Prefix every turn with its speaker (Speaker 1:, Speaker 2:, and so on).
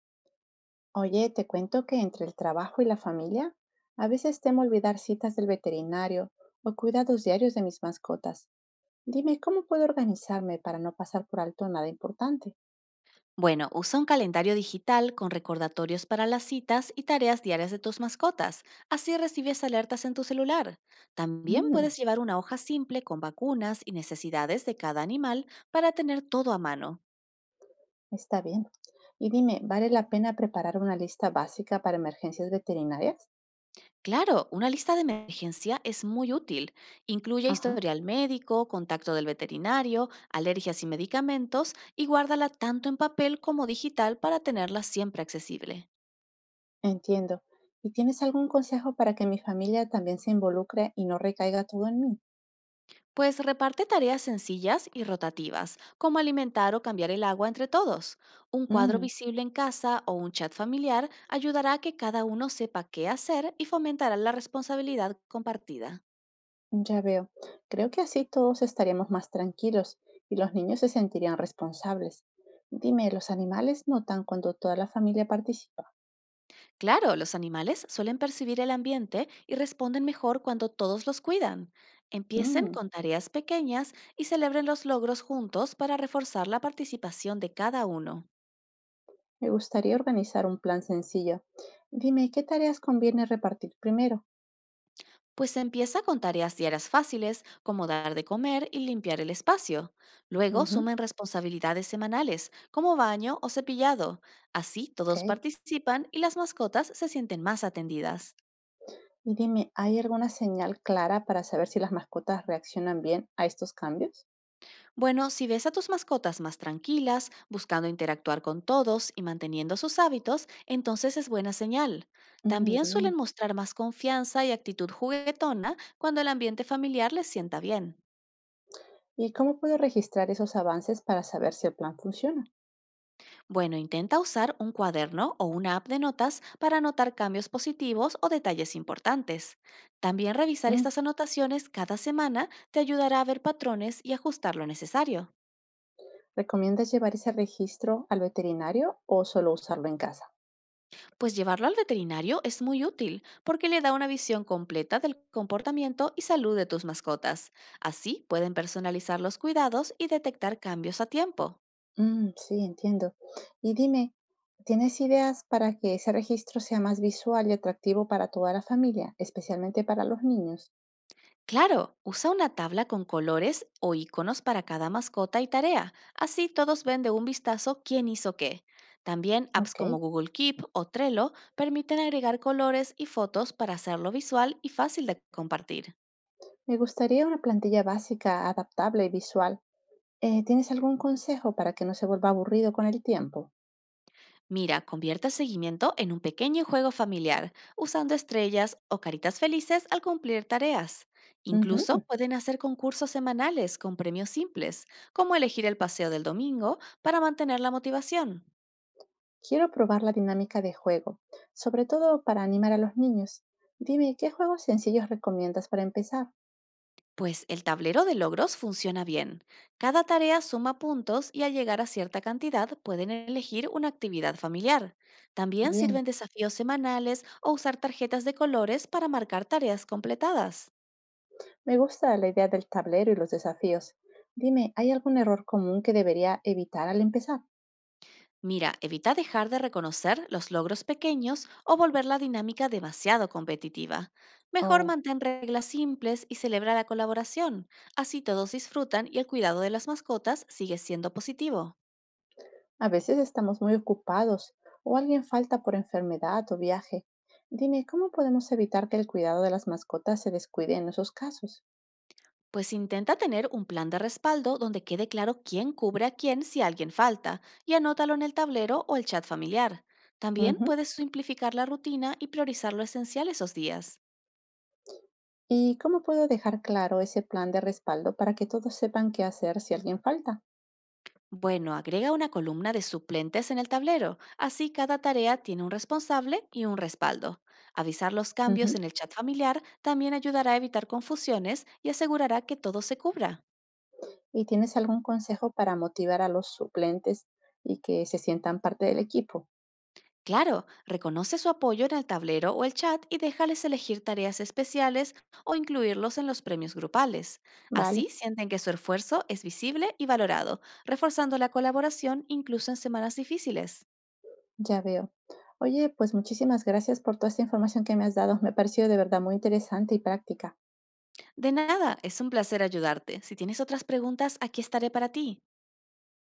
Speaker 1: Oye, te cuento que entre el trabajo y la familia, a veces temo olvidar citas del veterinario o cuidados diarios de mis mascotas. Dime, ¿cómo puedo organizarme para no pasar por alto nada importante?
Speaker 2: Bueno, usa un calendario digital con recordatorios para las citas y tareas diarias de tus mascotas. Así recibes alertas en tu celular. También
Speaker 1: Mm,
Speaker 2: puedes llevar una hoja simple con vacunas y necesidades de cada animal para tener todo a mano.
Speaker 1: está bien. Y dime, ¿vale la pena preparar una lista básica para emergencias veterinarias?
Speaker 2: Claro, una lista de emergencia es muy útil. Incluye
Speaker 1: Ajá,
Speaker 2: historial médico, contacto del veterinario, alergias y medicamentos y guárdala tanto en papel como digital para tenerla siempre accesible.
Speaker 1: entiendo. ¿Y tienes algún consejo para que mi familia también se involucre y no recaiga todo en mí?
Speaker 2: Pues reparte tareas sencillas y rotativas, como alimentar o cambiar el agua entre todos. Un cuadro visible en casa o un chat familiar ayudará a que cada uno sepa qué hacer y fomentará la responsabilidad compartida.
Speaker 1: Ya veo. Creo que así todos estaríamos más tranquilos y los niños se sentirían responsables. Dime, ¿los animales notan cuando toda la familia participa?
Speaker 2: Claro, los animales suelen percibir el ambiente y responden mejor cuando todos los cuidan. Empiecen
Speaker 1: Mm,
Speaker 2: con tareas pequeñas y celebren los logros juntos para reforzar la participación de cada uno.
Speaker 1: me gustaría organizar un plan sencillo. Dime, ¿qué tareas conviene repartir primero?
Speaker 2: Pues empieza con tareas diarias fáciles, como dar de comer y limpiar el espacio. Luego
Speaker 1: Ujú,
Speaker 2: sumen responsabilidades semanales, como baño o cepillado. Así
Speaker 1: ok.
Speaker 2: todos participan y las mascotas se sienten más atendidas.
Speaker 1: Y dime, ¿hay alguna señal clara para saber si las mascotas reaccionan bien a estos cambios?
Speaker 2: Bueno, si ves a tus mascotas más tranquilas, buscando interactuar con todos y manteniendo sus hábitos, entonces es buena señal.
Speaker 1: Mm,
Speaker 2: También suelen
Speaker 1: bien.
Speaker 2: mostrar más confianza y actitud juguetona cuando el ambiente familiar les sienta bien.
Speaker 1: ¿Y cómo puedo registrar esos avances para saber si el plan funciona?
Speaker 2: Bueno, intenta usar un cuaderno o una app de notas para anotar cambios positivos o detalles importantes. También revisar
Speaker 1: Mm,
Speaker 2: estas anotaciones cada semana te ayudará a ver patrones y ajustar lo necesario.
Speaker 1: ¿recomiendas llevar ese registro al veterinario o solo usarlo en casa?
Speaker 2: Pues llevarlo al veterinario es muy útil porque le da una visión completa del comportamiento y salud de tus mascotas. Así pueden personalizar los cuidados y detectar cambios a tiempo.
Speaker 1: Mm, sí, entiendo. Y dime, ¿tienes ideas para que ese registro sea más visual y atractivo para toda la familia, especialmente para los niños?
Speaker 2: Claro, usa una tabla con colores o iconos para cada mascota y tarea. Así todos ven de un vistazo quién hizo qué. También apps
Speaker 1: Ok.
Speaker 2: como Google Keep o Trello permiten agregar colores y fotos para hacerlo visual y fácil de compartir.
Speaker 1: Me gustaría una plantilla básica, adaptable y visual. ¿Tienes algún consejo para que no se vuelva aburrido con el tiempo?
Speaker 2: Mira, convierte el seguimiento en un pequeño juego familiar, usando estrellas o caritas felices al cumplir tareas.
Speaker 1: Ujú.
Speaker 2: Incluso pueden hacer concursos semanales con premios simples, como elegir el paseo del domingo para mantener la motivación.
Speaker 1: Quiero probar la dinámica de juego, sobre todo para animar a los niños. Dime, ¿qué juegos sencillos recomiendas para empezar?
Speaker 2: Pues el tablero de logros funciona bien. Cada tarea suma puntos y al llegar a cierta cantidad pueden elegir una actividad familiar. También
Speaker 1: Bien.
Speaker 2: sirven desafíos semanales o usar tarjetas de colores para marcar tareas completadas.
Speaker 1: Me gusta la idea del tablero y los desafíos. Dime, ¿hay algún error común que debería evitar al empezar?
Speaker 2: Mira, evita dejar de reconocer los logros pequeños o volver la dinámica demasiado competitiva. Mejor
Speaker 1: Oh,
Speaker 2: mantén reglas simples y celebra la colaboración. Así todos disfrutan y el cuidado de las mascotas sigue siendo positivo.
Speaker 1: a veces estamos muy ocupados o alguien falta por enfermedad o viaje. Dime, ¿cómo podemos evitar que el cuidado de las mascotas se descuide en esos casos?
Speaker 2: Pues intenta tener un plan de respaldo donde quede claro quién cubre a quién si alguien falta y anótalo en el tablero o el chat familiar. También
Speaker 1: Ujú.
Speaker 2: puedes simplificar la rutina y priorizar lo esencial esos días.
Speaker 1: ¿Y cómo puedo dejar claro ese plan de respaldo para que todos sepan qué hacer si alguien falta?
Speaker 2: Bueno, agrega una columna de suplentes en el tablero, así cada tarea tiene un responsable y un respaldo. Avisar los cambios
Speaker 1: Ujú.
Speaker 2: en el chat familiar también ayudará a evitar confusiones y asegurará que todo se cubra.
Speaker 1: ¿Y tienes algún consejo para motivar a los suplentes y que se sientan parte del equipo?
Speaker 2: Claro, reconoce su apoyo en el tablero o el chat y déjales elegir tareas especiales o incluirlos en los premios grupales. Así
Speaker 1: Vale.
Speaker 2: sienten que su esfuerzo es visible y valorado, reforzando la colaboración incluso en semanas difíciles.
Speaker 1: Ya veo. Oye, pues muchísimas gracias por toda esta información que me has dado. Me ha parecido de verdad muy interesante y práctica.
Speaker 2: De nada, es un placer ayudarte. Si tienes otras preguntas, aquí estaré para ti.